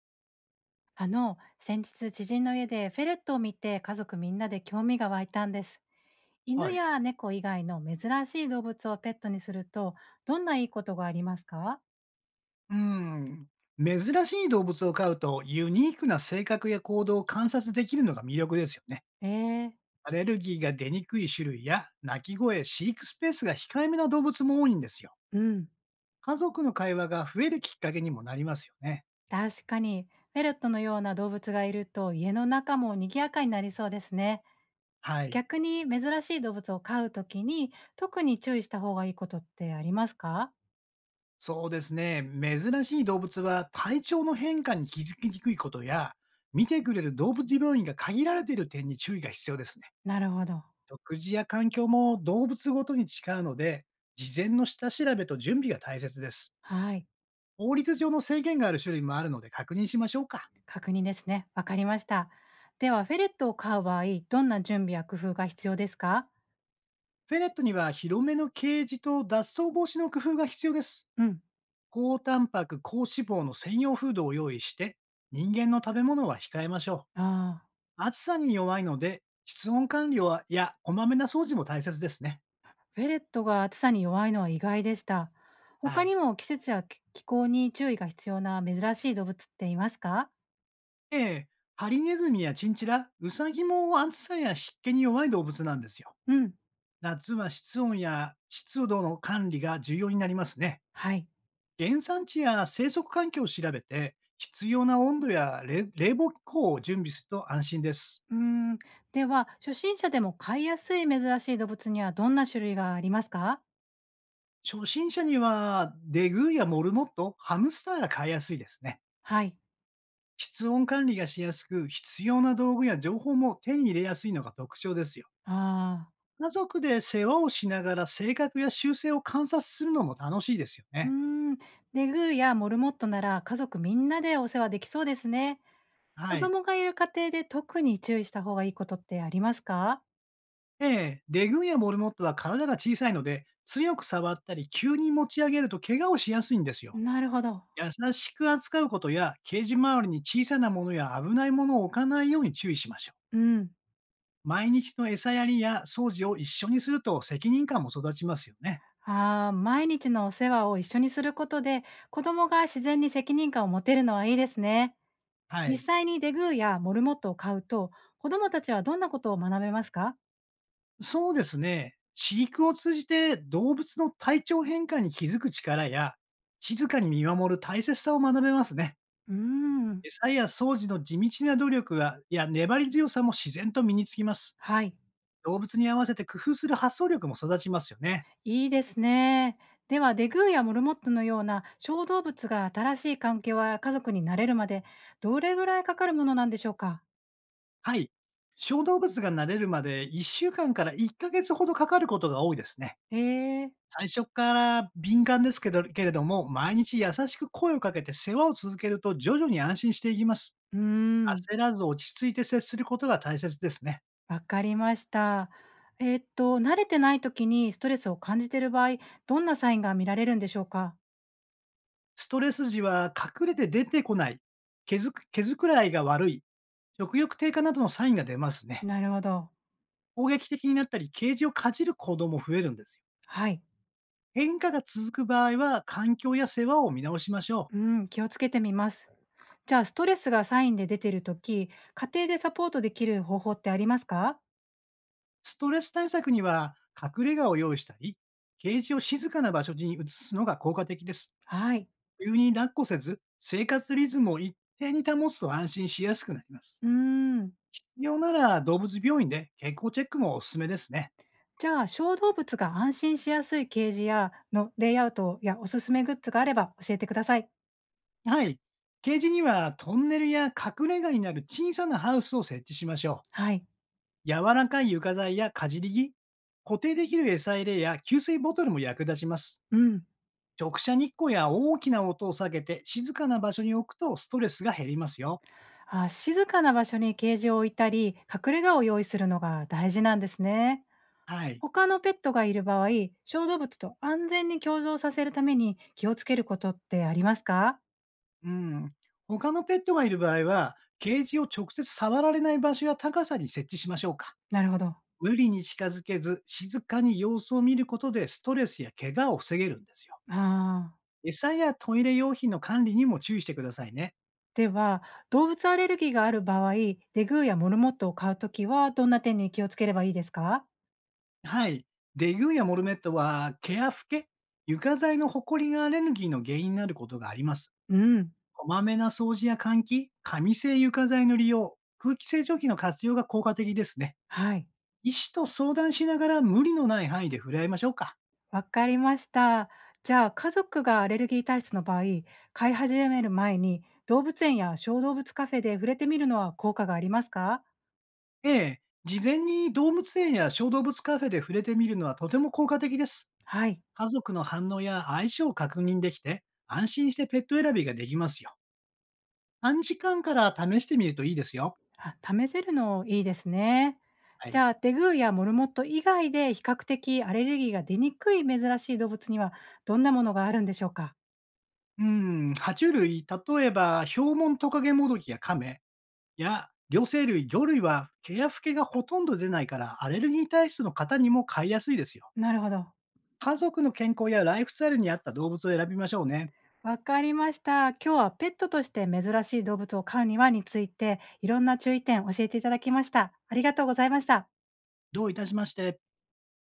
先日知人の家でフェレットを見て家族みんなで興味が湧いたんです。犬はい。や猫以外の珍しい動物をペットにすると、どんないいことがありますか？うーん。珍しい動物を飼うと、ユニークな性格や行動を観察できるのが魅力ですよね。ええ。アレルギーが出にくい種類や、鳴き声、飼育スペースが控えめな動物も多いんですよ。うん。家族の会話が増えるきっかけにもなりますよね。確かに、フェレットのような動物がいると家の中も賑やかになりそうですね。はい。逆に珍しい動物を飼うときに特に注意した方がいいことってありますか？そうですね。珍しい動物は体調の変化に気づきにくいことや、見てくれる動物病院が限られている点に注意が必要ですね。なるほど。食事や環境も動物ごとに違うので、事前の下調べと準備が大切です。はい。法律上の制限がある種類もあるので確認しましょうか。確認ですね。わかりました。では、はフい、ェレットを飼う場合、どんな準備や工夫が必要ですか？フェレットには広めのケージと脱走防止の工夫が必要です。うん。高タンパク、高脂肪の専用フードを用意して、人間の食べ物は控えましょああ、う。暑さに弱いので、室温管理はやこまめな掃除も大切ですね。フェレットが暑さに弱いのは意外でした。は他にい。も季節や気気候に注意が必要な珍しい動物っていますか？ええハリネズミやチンチラ、ウサギも暑さや湿気に弱い動物なんですよ。うん。夏は室温や湿度の管理が重要になりますね。はい。原産地や生息環境を調べて、必要な温度や冷冷房機構を準備すると安心です。うーん。では、初心者でも飼いやすい珍しい動物にはどんな種類がありますか？初心者にはデグーやモルモット、ハムスターが飼いやすいですね。はい。室温管理がしやすく、必要な道具や情報も手に入れやすいのが特徴ですよ。ああ。家族で世話をしながら性格や習性を観察するのも楽しいですようーね。ん。デグーやモルモットなら家族みんなでお世話できそうですね。子はい。供がいる家庭で特に注意した方がいいことってありますか？ええ、レグやモルモットは体が小さいので、強く触ったり急に持ち上げると怪我をしやすいんですよ。なるほど。優しく扱うことや、ケージ周りに小さなものや危ないものを置かないように注意しましょう。うん。毎日の餌やりや掃除を一緒にすると責任感も育ちますよね。ああ、毎日のお世話を一緒にすることで、子供が自然に責任感を持てるのはいいですね。は実い。際にデグーやモルモットを飼うと、子供たちはどんなことを学べますか？そうですね。飼育を通じて動物の体調変化に気づく力や、静かに見守る大切さを学べますね。うーん。餌や掃除の地道な努力がいや粘り強さも自然と身につきます。はい。動物に合わせて工夫する発想力も育ちますよね。いいですね。では、デグーやモルモットのような小動物が新しい環境や家族に慣れるまで、どれぐらいかかるものなんでしょうか？はい。小動物が慣れるまで1週間から1ヶ月ほどかかることが多いですね。ええー。最初から敏感ですけれども、毎日優しく声をかけて世話を続けると徐々に安心していきます。うーん。焦らず落ち着いて接することが大切ですね。わかりました。慣れてない時にストレスを感じている場合、どんなサインが見られるんでしょうか？ストレス時は隠れて出てこない、毛づくらいが悪い、食欲低下などのサインが出ますね。なるほど。攻撃的になったり、ケージをかじる行動も増えるんですよ。はい。変化が続く場合は、環境や世話を見直しましょう。うん、気をつけてみます。じゃあ、ストレスがサインで出ている時、家庭でサポートできる方法ってありますか？ストレス対策には、隠れ家を用意したり、ケージを静かな場所に移すのが効果的です。はい。急に抱っこせず、生活リズムを一定に保つと安心しやすくなります。うーん。必要なら動物病院で健康チェックもおすすめですね。じゃあ、小動物が安心しやすいケージやのレイアウトやおすすめグッズがあれば教えてください。はい。ケージにはトンネルや隠れ家になる小さなハウスを設置しましょう。はい。柔らかい床材やかじり木、固定できる餌入れや給水ボトルも役立ちます。うん。直射日光や大きな音を避けて静かな場所に置くとストレスが減りますよ。あ、静かな場所にケージを置いたり、隠れ家を用意するのが大事なんですね。はい。他のペットがいる場合、小動物と安全に共存させるために気をつけることってありますか？うん。他のペットがいる場合は、ケージを直接触られない場所や高さに設置しましょうか。なるほど。無理に近づけず、静かに様子を見ることでストレスや怪我を防げるんですよ。ああ。餌やトイレ用品の管理にも注意してくださいね。では、動物アレルギーがある場合、デグーやモルモットを飼うときはどんな点に気をつければいいですか？はい。デグーやモルメットは、毛やフケ、床材のホコリがアレルギーの原因になることがあります。うん。こまめな掃除や換気、紙製床材の利用、空気清浄機の活用が効果的ですね。はい。医師と相談しながら無理のない範囲で触れ合いましょうか。わかりました。じゃあ、家族がアレルギー体質の場合、飼い始める前に動物園や小動物カフェで触れてみるのは効果がありますか？ええ、事前に動物園や小動物カフェで触れてみるのはとても効果的です。はい。家族の反応や相性を確認できて、安心してペット選びができますよ。短時間から試してみるといいですよ。あ、試せるのいいですね。はじい。ゃあ、デグーやモルモット以外で比較的アレルギーが出にくい珍しい動物にはどんなものがあるんでしょうか？う爬虫類、例えば、ヒョウモントカゲモドキやカメや両生類、魚類は毛やフけがほとんど出ないから、アレルギー体質の方にも飼いやすいですよ。なるほど。家族の健康やライフスタイルに合った動物を選びましょうね。わかりました。今日はペットとして珍しい動物を飼うにはについて、いろんな注意点教えていただきました。ありがとうございました。どういたしまして。